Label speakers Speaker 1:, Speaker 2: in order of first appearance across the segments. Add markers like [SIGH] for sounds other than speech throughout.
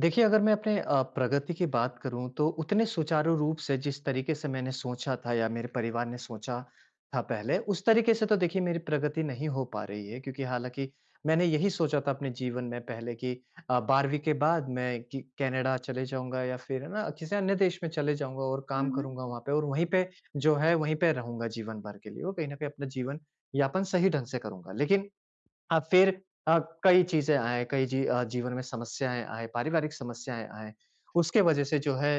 Speaker 1: देखिए, अगर मैं अपने प्रगति की बात करूँ तो उतने सुचारू रूप से जिस तरीके से मैंने सोचा था या मेरे परिवार ने सोचा था पहले, उस तरीके से तो देखिए मेरी प्रगति नहीं हो पा रही है क्योंकि हालाँकि मैंने यही सोचा था अपने जीवन में पहले कि 12वीं के बाद मैं कि कनाडा चले जाऊँगा या फिर है ना, किसी अन्य देश में चले जाऊँगा और
Speaker 2: हुँ,
Speaker 1: काम
Speaker 2: हुँ।
Speaker 1: करूँगा वहाँ पे और वहीं पे जो है, वहीं पे रहूँगा जीवन भर के लिए और कहीं न कहीं अपना जीवन यापन सही ढंग से करूँगा। लेकिन हाँ, फिर अ, कई चीज़ें आए, कई जीवन में समस्याएँ आए, पारिवारिक समस्याएँ आए। उसके वजह से जो है,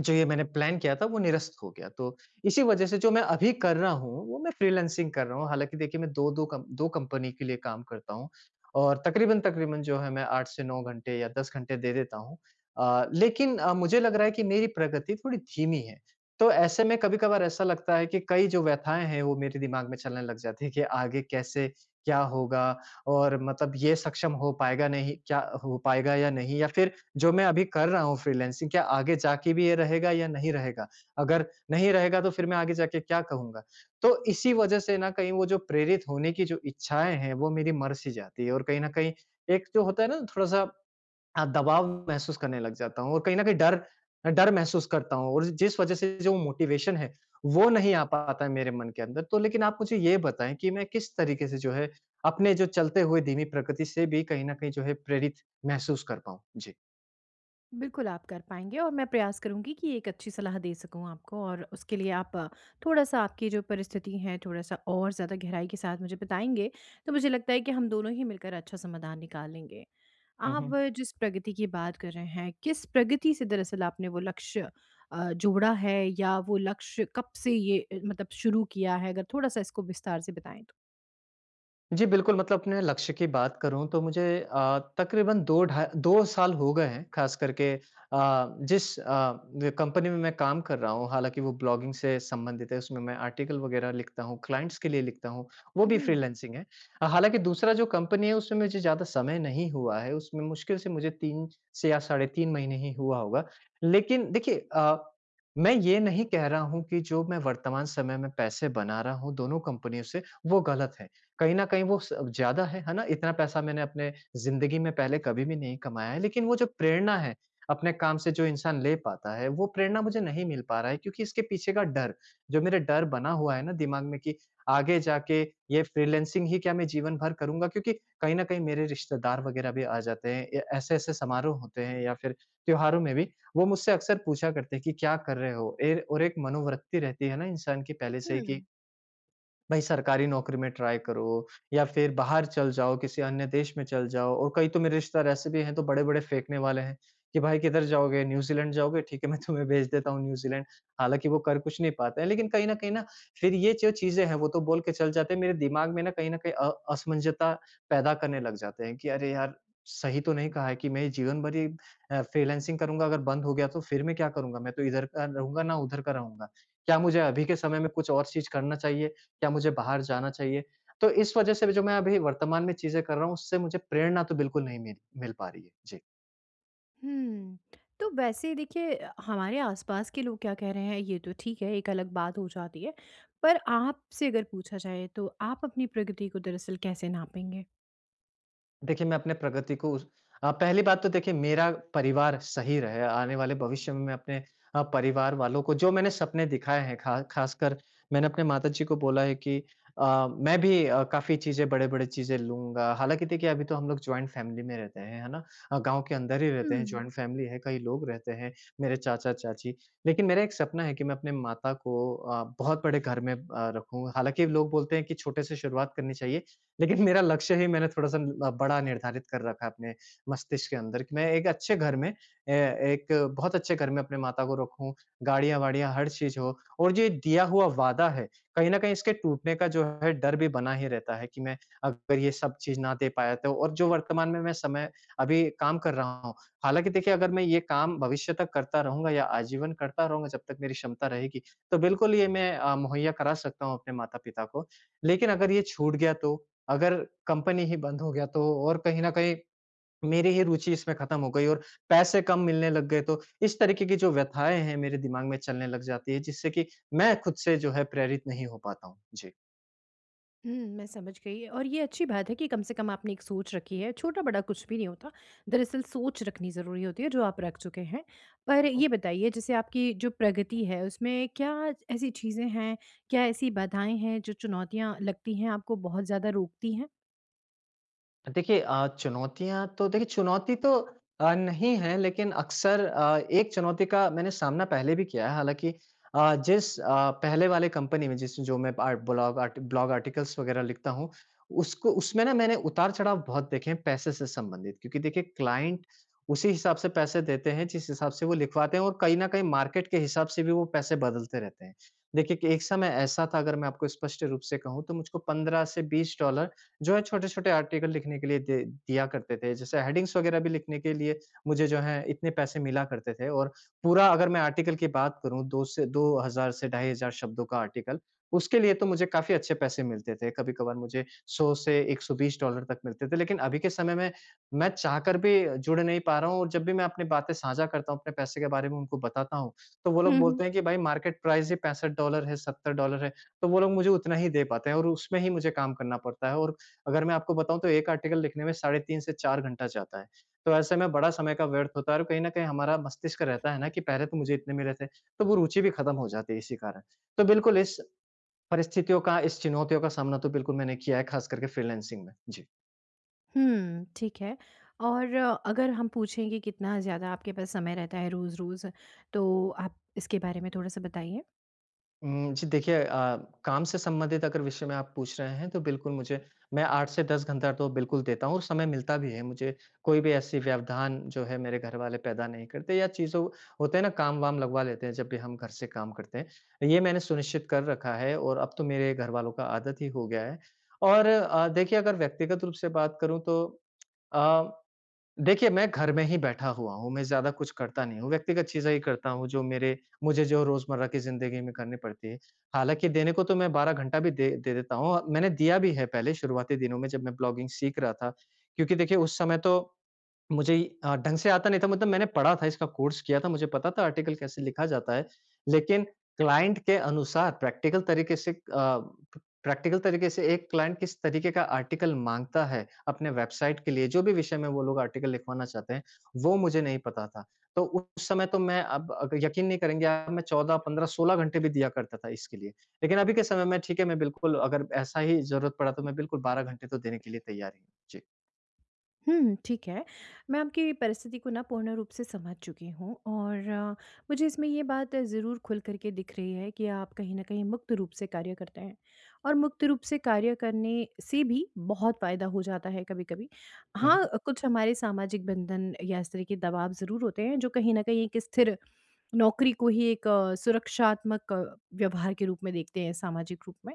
Speaker 1: जो ये मैंने प्लान किया था वो निरस्त हो गया। तो इसी वजह से जो मैं अभी कर रहा हूँ, वो मैं फ्रीलांसिंग कर रहा हूँ। हालाँकि देखिए मैं 2-2 कम 2 कंपनी के लिए काम करता हूँ और तकरीबन-तकरीबन जो है मैं 8 से 9 घंटे या 10 घंटे दे देता हूँ। लेकिन मुझे लग रहा है कि मेरी प्रगति थोड़ी धीमी है। तो ऐसे में कभी-कभार ऐसा लगता है कि कई जो व्यथाएँ हैं, वो मेरे दिमाग में चलने लग जाती है कि आगे कैसे, क्या होगा और मतलब ये सक्षम हो पाएगा नहीं क्या हो पाएगा या नहीं या फिर जो मैं अभी कर रहा हूँ फ्रीलांसिंग क्या आगे जाके भी ये रहेगा या नहीं रहेगा? अगर नहीं रहेगा तो फिर मैं आगे जाके क्या कहूँगा? तो इसी वजह से ना कहीं वो जो प्रेरित होने की जो इच्छाएँ हैं वो मेरी मर सी जाती है और कहीं न कहीं एक जो होता है ना थोड़ा-सा दबाव महसूस करने लग जाता हूँ और कहीं न कहीं डर महसूस करता हूँ और जिस वज़ह से जो मोटिवेशन है, वो नहीं आ पाता है मेरे मन के अंदर। तो लेकिन आप मुझे ये बताएँ कि मैं किस तरीके से जो है, अपने जो चलते हुए धीमी प्रकृति से भी कहीं न कहीं जो है प्रेरित महसूस कर पाऊँ? जी।
Speaker 2: बिल्कुल आप कर पाएँगे और मैं प्रयास करूँगी कि एक अच्छी सलाह दे सकूँ आपको और उसके लिए आप थोड़ा-सा आपकी जो परिस्थिति है थोड़ा-सा और ज़्यादा गहराई के साथ मुझे बताएँगे, तो मुझे लगता है कि हम दोनों ही मिलकर अच्छा समाधान निकाल लेंगे।
Speaker 1: हुँ,
Speaker 2: आप
Speaker 1: हुँ।
Speaker 2: जिस प्रगति की बात कर रहे हैं, किस प्रगति से दरअसल आपने वो लक्ष्य जोड़ा है या वो लक्ष्य कब से ये मतलब शुरू किया है? अगर थोड़ा-सा इसको विस्तार से बताएँ तो।
Speaker 1: जी, बिल्कुल, मतलब अपने लक्ष्य की बात करूँ तो मुझे तकरीबन 2 साल हो गए हैं, ख़ास करके जिस अ, व कंपनी में मैं काम कर रहा हूँ, हालाँकि वो ब्लॉगिंग से संबंधित है, उसमें मैं आर्टिकल वग़ैरह लिखता हूँ, क्लाइंट्स के लिए लिखता हूँ, वो भी
Speaker 2: हुँ,
Speaker 1: फ्रीलांसिंग है। हालाँकि दूसरा जो कंपनी है, उसमें मुझे ज़्यादा समय नहीं हुआ है, उसमें मुश्किल से मुझे 3 से या साढ़े 3 महीने ही हुआ होगा। लेकिन देखिए मैं ये नहीं कह रहा हूँ कि जो मैं वर्तमान समय में पैसे बना रहा हूँ दोनों कंपनियों से, वो गलत है। कहीं न कहीं वो स ज़्यादा है ना? इतना पैसा मैंने अपने ज़िंदगी में पहले कभी भी नहीं कमाया है, लेकिन वो जो प्रेरणा है, अपने काम से जो इंसान ले पाता है, वो प्रेरणा मुझे नहीं मिल पा रहा है क्योंकि इसके पीछे का डर, जो मेरे डर बना हुआ है ना दिमाग में कि आगे जाके ये फ्रीलांसिंग ही क्या मैं जीवन भर करूँगा? क्योंकि कहीं न कहीं मेरे रिश्तेदार वग़ैरह भी आ जाते हैं, ए ऐसे-ऐसे समारोह होते हैं या फिर त्योहारों में भी, वो मुझसे अक्सर पूछा करते हैं कि, "क्या कर रहे हो?" एर और एक मनोवृत्ति रहती है ना इंसान की पहले से ही कि
Speaker 2: हुँ।
Speaker 1: भाई सरकारी नौकरी में ट्राई करो या फिर बाहर चल जाओ, किसी अन्य देश में चल जाओ और कई तो मेरे रिश्तेदार ऐसे भी हैं तो बड़े-बड़े फेंकने वाले हैं कि भाई किधर जाओगे? न्यूज़ीलैंड जाओगे? ठीक है मैं तुम्हें भेज देता हूँ न्यूज़ीलैंड। हालाँकि वो कर कुछ नहीं पाते हैं लेकिन कहीं न कहीं ना फिर ये जो चीज़ें हैं वो तो बोल के चल जाते हैं, मेरे दिमाग में ना कहीं न कहीं असमंजसता पैदा करने लग जाते हैं कि अरे यार! सही तो नहीं कहा है कि मैं जीवन भर ये फ्रीलांसिंग करूँगा अगर बंद हो गया तो फिर मैं क्या करूँगा? मैं तो इधर का रहूँगा ना उधर का रहूँगा। क्या मुझे अभी के समय में कुछ और चीज़ करना चाहिए? क्या मुझे बाहर जाना चाहिए? तो इस वज़ह से भी जो मैं अभी वर्तमान में चीज़ें कर रहा हूँ उससे मुझे प्रेरणा तो बिल्कुल नहीं मिल मिल पा रही है। जी।
Speaker 2: हुँ। तो वैसे देखिए हमारे आस-पास के लोग क्या कह रहे हैं ये तो ठीक है, एक अलग बात हो जाती है। पर आपसे अगर पूछा जाए तो आप अपनी प्रगति को दरअसल कैसे नापेंगे?
Speaker 1: देखिए, मैं अपने प्रगति को पहली बात तो देखिए मेरा परिवार सही रहे, आने वाले भविष्य में मैं अपने परिवार वालों को जो मैंने सपने दिखाए हैं, खा खासकर मैंने अपने माताजी को बोला है कि मैं भी काफ़ी चीज़ें बड़े-बड़े चीज़ें लूँगा। हालाँकि देखिए अभी तो हम लोग जॉइंट फैमिली में रहते हैं, है ना? गाँव के अंदर ही रहते हैं,
Speaker 2: हुँ।
Speaker 1: जॉइंट फैमिली है, कई लोग रहते हैं, मेरे चाचा-चाची। लेकिन मेरा एक सपना है कि मैं अपने माता को बहुत बड़े घर में रखूँ। हालाँकि लोग बोलते हैं कि छोटे से शुरुआत करनी चाहिए, लेकिन मेरा लक्ष्य ही मैंने थोड़ा-सा बड़ा निर्धारित कर रखा है अपने मस्तिष्क के अंदर कि मैं एक बहुत अच्छे घर में अपने माता को रखूँ, गाड़ियाँ-वाड़ियाँ हर चीज़ हो और ये दिया हुआ वादा है, कहीं न कहीं इसके टूटने का जो है डर भी बना ही रहता है कि मैं अगर ये सब चीज़ ना दे पाया तो और जो वर्तमान में मैं समय अभी काम कर रहा हूँ, हालाँकि देखिए अगर मैं ये काम भविष्य तक करता रहूँगा या आजीवन करता रहूँगा जब तक मेरी क्षमता रहेगी, तो बिल्कुल ये मैं मुहैया करा सकता हूँ अपने माता-पिता को। लेकिन अगर ये छूट गया तो? अगर कंपनी ही बंद हो गया तो और कहीं न कहीं मेरी ही रुचि इसमें ख़त्म हो गई और पैसे कम मिलने लग गए तो इस तरीके की जो व्यथाएँ हैं मेरे दिमाग में चलने लग जाती है जिससे कि मैं खुद से जो है प्रेरित नहीं हो पाता हूँ। जी।
Speaker 2: हुँ, मैं समझ गई और ये अच्छी बात है कि कम से कम आपने एक सोच रखी है, छोटा-बड़ा कुछ भी नहीं होता। दरअसल सोच रखनी ज़रूरी होती है जो आप रख चुके हैं। पर ये बताइए जैसे आपकी जो प्रगति है उसमें क्या ऐसी चीज़ें हैं, क्या ऐसी बाधाएँ हैं जो चुनौतियाँ लगती हैं आपको बहुत ज़्यादा रोकती हैं?
Speaker 1: देखिए चुनौतियाँ तो देखिए चुनौती तो नहीं है लेकिन अक्सर एक चुनौती का मैंने सामना पहले भी किया है हालाँकि अ, जिस अ, पहले वाले कंपनी में जिस जो मैं आर्टिकल्स वग़ैरह लिखता हूँ, उसको उसमें ना मैंने उतार-चढ़ाव बहुत देखे हैं पैसे से संबंधित क्योंकि देखिए क्लाइंट उसी हिसाब से पैसे देते हैं जिस हिसाब से वो लिखवाते हैं और कहीं न कहीं मार्केट के हिसाब से भी वो पैसे बदलते रहते हैं। देखिए कि एक समय ऐसा था अगर मैं आपको स्पष्ट रूप से कहूँ तो मुझको 15 से $20 जो है छोटे-छोटे आर्टिकल लिखने के लिए दे दिया करते थे। जैसे हेडिंग्स वगैरह भी लिखने के लिए मुझे जो है इतने पैसे मिला करते थे और पूरा अगर मैं आर्टिकल की बात करूँ 2 से 2000 से 2,500 शब्दों का आर्टिकल, उसके लिए तो मुझे काफ़ी अच्छे पैसे मिलते थे। कभी-कभार मुझे 100 से $120 तक मिलते थे। लेकिन अभी के समय में मैं चाहकर भी जुड़ नहीं पा रहा हूँ और जब भी मैं अपनी बातें साझा करता हूँ, अपने पैसे के बारे में उनको बताता हूँ, तो वो लोग
Speaker 2: हुँ,
Speaker 1: बोलते हैं कि भाई मार्केट प्राइस ही $65 है, $70 है। तो वो लोग मुझे उतना ही दे पाते हैं और उसमें ही मुझे काम करना पड़ता है और अगर मैं आपको बताऊँ तो एक आर्टिकल लिखने में साढ़े 3 से 4 घंटा जाता है। तो ऐसे में बड़ा समय का व्यर्थ होता है और कहीं न कहीं हमारा मस्तिष्क रहता है ना कि पहले तो मुझे इतने मिले थे, तो वो रुचि भी खत्म हो जाती है इसी कारण। तो बिल्कुल इस परिस्थितियों का, इस चुनौतियों का सामना तो बिल्कुल मैंने किया है, खास करके फ्रीलांसिंग में। जी।
Speaker 2: हुँ, ठीक है और अगर हम पूछें कि कितना ज़्यादा आपके पास समय रहता है रोज़-रोज़, तो आप इसके बारे में थोड़ा-सा बताइए?
Speaker 1: जी देखिए काम से संबंधित अगर विषय में आप पूछ रहे हैं तो बिल्कुल मुझे मैं 8 से 10 घंटा तो बिल्कुल देता हूँ और समय मिलता भी है मुझे। कोई भी ऐसी व्यवधान जो है मेरे घर वाले पैदा नहीं करते या चीज़ों होते हैं ना काम-वाम लगवा लेते हैं जब भी हम घर से काम करते हैं। ये मैंने सुनिश्चित कर रखा है और अब तो मेरे घर वालों का आदत ही हो गया है। और देखिए अगर व्यक्तिगत रूप से बात करूँ तो अ देखिए, मैं घर में ही बैठा हुआ हूँ, मैं ज़्यादा कुछ करता नहीं हूँ, व्यक्तिगत चीज़ें ही करता हूँ जो मेरे मुझे जो रोज़मर्रा की ज़िंदगी में करनी पड़ती है। हालाँकि देने को तो मैं 12 घंटा भी दे दे देता हूँ, मैंने दिया भी है पहले शुरुआती दिनों में जब मैं ब्लॉगिंग सीख रहा था, क्योंकि देखिए उस समय तो मुझे ढंग से आता नहीं था मतलब मैंने पढ़ा था, इसका कोर्स किया था, मुझे पता था आर्टिकल कैसे लिखा जाता है। लेकिन क्लाइंट के अनुसार प्रैक्टिकल तरीके से एक क्लाइंट किस तरीके का आर्टिकल माँगता है, अपने वेबसाइट के लिए जो भी विषय में वो लोग आर्टिकल लिखवाना चाहते हैं, वो मुझे नहीं पता था। तो उस समय तो मैं अब अगर यकीन नहीं करेंगे आप मैं 14, 15, 16 घंटे भी दिया करता था इसके लिए। लेकिन अभी के समय में ठीक है, मैं बिल्कुल अगर ऐसा ही ज़रूरत पड़ा तो मैं बिल्कुल 12 घंटे तो देने के लिए तैयार ही हूँ। जी।
Speaker 2: हुँ, ठीक है। मैं आपकी परिस्थिति को ना पूर्ण रूप से समझ चुकी हूँ और मुझे इसमें ये बात ज़रूर खुल कर के दिख रही है कि आप कहीं न कहीं मुक्त रूप से कार्य करते हैं और मुक्त रूप से कार्य करने से भी बहुत फ़ायदा हो जाता है कभी-कभी।
Speaker 1: हुँ,
Speaker 2: हाँ,
Speaker 1: हुँ।
Speaker 2: कुछ हमारे सामाजिक बंधन या इस तरह के दबाव ज़रूर होते हैं जो कहीं न कहीं एक स्थिर नौकरी को ही एक सुरक्षात्मक व्यवहार के रूप में देखते हैं सामाजिक रूप में।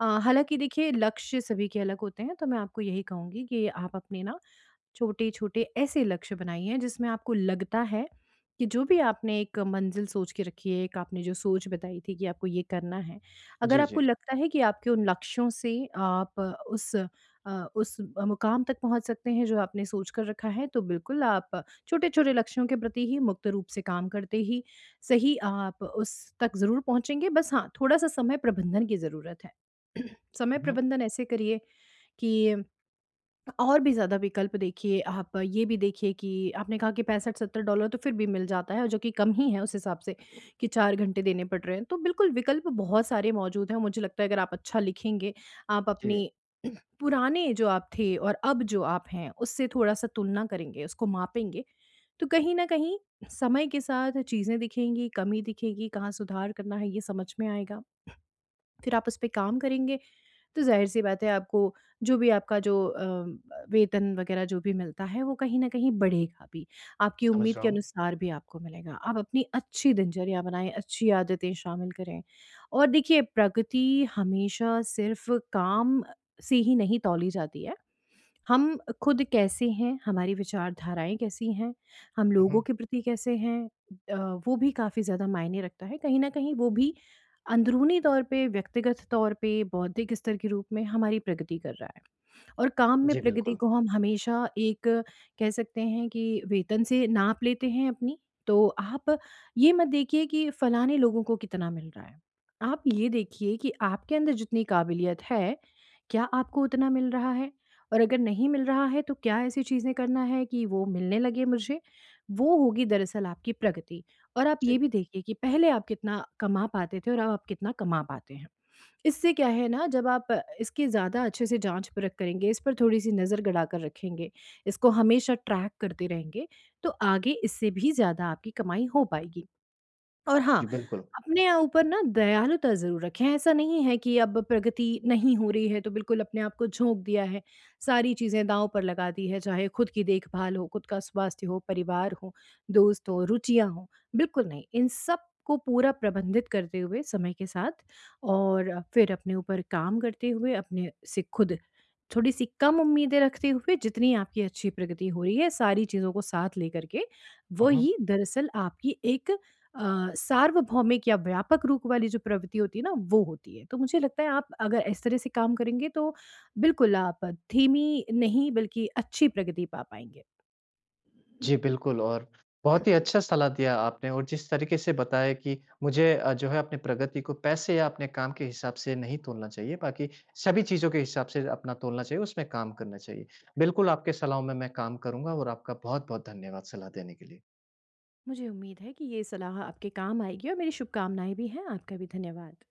Speaker 2: हालाँकि देखिए लक्ष्य सभी के अलग होते हैं, तो मैं आपको यही कहूँगी कि आप अपने ना छोटे-छोटे ऐसे लक्ष्य बनाइए हैं जिसमें आपको लगता है कि जो भी आपने एक मंज़िल सोच के रखी है, एक आपने जो सोच बताई थी कि आपको ये करना है। अगर
Speaker 1: जी,
Speaker 2: आपको
Speaker 1: जी।
Speaker 2: लगता है कि आपके उन लक्ष्यों से आप उस उस मुकाम तक पहुँच सकते हैं जो आपने सोच कर रखा है, तो बिल्कुल आप छोटे-छोटे लक्ष्यों के प्रति ही मुक्त रूप से काम करते ही सही आप उस तक ज़रूर पहुँचेंगे। बस हाँ, थोड़ा-सा समय प्रबंधन की ज़रूरत है। [CLEARS THROAT] समय
Speaker 1: हुँ, हुँ।
Speaker 2: प्रबंधन ऐसे करिए कि और भी ज़्यादा विकल्प देखिए आप ये भी देखिए कि आपने कहा कि 65-70 डॉलर तो फिर भी मिल जाता है और जो कि कम ही है उस हिसाब से कि 4 घंटे देने पड़ रहे हैं। तो बिल्कुल विकल्प बहुत सारे मौजूद हैं और मुझे लगता है अगर आप अच्छा लिखेंगे, आप
Speaker 1: जी।
Speaker 2: अपनी [CLEARS THROAT] पुराने जो आप थे और अब जो आप हैं उससे थोड़ा-सा तुलना करेंगे, उसको मापेंगे, तो कहीं न कहीं समय के साथ चीज़ें दिखेंगी, कमी दिखेगी, कहाँ सुधार करना है ये समझ में आएगा। फिर आप उस पे काम करेंगे तो ज़ाहिर-सी बात है आपको जो भी आपका जो वेतन वगैरह जो भी मिलता है वो कहीं न कहीं बढ़ेगा भी। आपकी
Speaker 1: समझ
Speaker 2: उम्मीद
Speaker 1: रहा
Speaker 2: के
Speaker 1: हूँ।
Speaker 2: अनुसार भी आपको मिलेगा। आप अपनी अच्छी दिनचर्या बनाएँ, अच्छी आदतें शामिल करें। और देखिए प्रगति हमेशा सिर्फ़ काम से ही नहीं तौली जाती है। हम खुद कैसे हैं, हमारी विचारधाराएँ कैसी हैं, हम
Speaker 1: हुँ,
Speaker 2: लोगों
Speaker 1: हुँ।
Speaker 2: के प्रति कैसे हैं, अ, वो भी काफ़ी ज़्यादा मायने रखता है। कहीं न कहीं वो भी अंदरूनी तौर पे, व्यक्तिगत तौर पे, बौद्धिक स्तर के रूप में हमारी प्रगति कर रहा है। और काम में
Speaker 1: जी,
Speaker 2: प्रगति
Speaker 1: बिल्कुल।
Speaker 2: को हम हमेशा एक कह सकते हैं कि वेतन से नाप लेते हैं अपनी, तो आप ये मत देखिए कि फलाने लोगों को कितना मिल रहा है। आप ये देखिए कि आपके अंदर जितनी काबिलियत है, क्या आपको उतना मिल रहा है? और अगर नहीं मिल रहा है तो क्या ऐसी चीज़ें करना है कि वो मिलने लगे मुझे, वो होगी दरअसल आपकी प्रगति। और आप ये
Speaker 1: जी,
Speaker 2: भी देखिए कि पहले आप कितना कमा पाते थे और अब आप कितना कमा पाते हैं। इससे क्या है ना जब आप इसकी ज़्यादा अच्छे से जाँच-परख करेंगे, इस पर थोड़ी-सी नज़र गड़ा कर रखेंगे, इसको हमेशा ट्रैक करते रहेंगे, तो आगे इससे भी ज़्यादा आपकी कमाई हो पाएगी। और हाँ,
Speaker 1: जी, बिल्कुल।
Speaker 2: अपने यहाँ ऊपर ना दयालुता ज़रूर रखें, ऐसा नहीं है कि अब प्रगति नहीं हो रही है तो बिल्कुल अपने आप को झोंक दिया है, सारी चीज़ें दाँव पर लगा दी है, चाहे खुद की देखभाल हो, खुद का स्वास्थ्य हो, परिवार हो, दोस्त हो, रुचियाँ हों, बिल्कुल नहीं। इन सब को पूरा प्रबंधित करते हुए समय के साथ और फिर अपने ऊपर काम करते हुए, अपने से खुद थोड़ी-सी कम उम्मीदें रखते हुए जितनी आपकी अच्छी प्रगति हो रही है, सारी चीज़ों को साथ लेकर के,
Speaker 1: हुँ, हुँ।
Speaker 2: वही दरअसल आपकी एक सार्वभौमिक या व्यापक रूप वाली जो प्रवृत्ति होती है ना वो होती है। तो मुझे लगता है आप अगर इस तरह से काम करेंगे तो बिल्कुल आप धीमी नहीं बल्कि अच्छी प्रगति पा पाएँगे।
Speaker 1: जी,
Speaker 2: [CLEARS THROAT]
Speaker 1: बिल्कुल और बहुत ही अच्छा सलाह दिया आपने और जिस तरीके से बताया कि मुझे जो है अपनी प्रगति को पैसे या अपने काम के हिसाब से नहीं तोलना चाहिए, बाकी सभी चीज़ों के हिसाब से अपना तोलना चाहिए, उसमें काम करना चाहिए। बिल्कुल, आपके सलाहों में मैं काम करूँगा और आपका बहुत-बहुत धन्यवाद सलाह देने के लिए।
Speaker 2: मुझे उम्मीद है कि ये सलाह आपके काम आएगी और मेरी शुभकामनाएँ भी हैं। आपका भी धन्यवाद।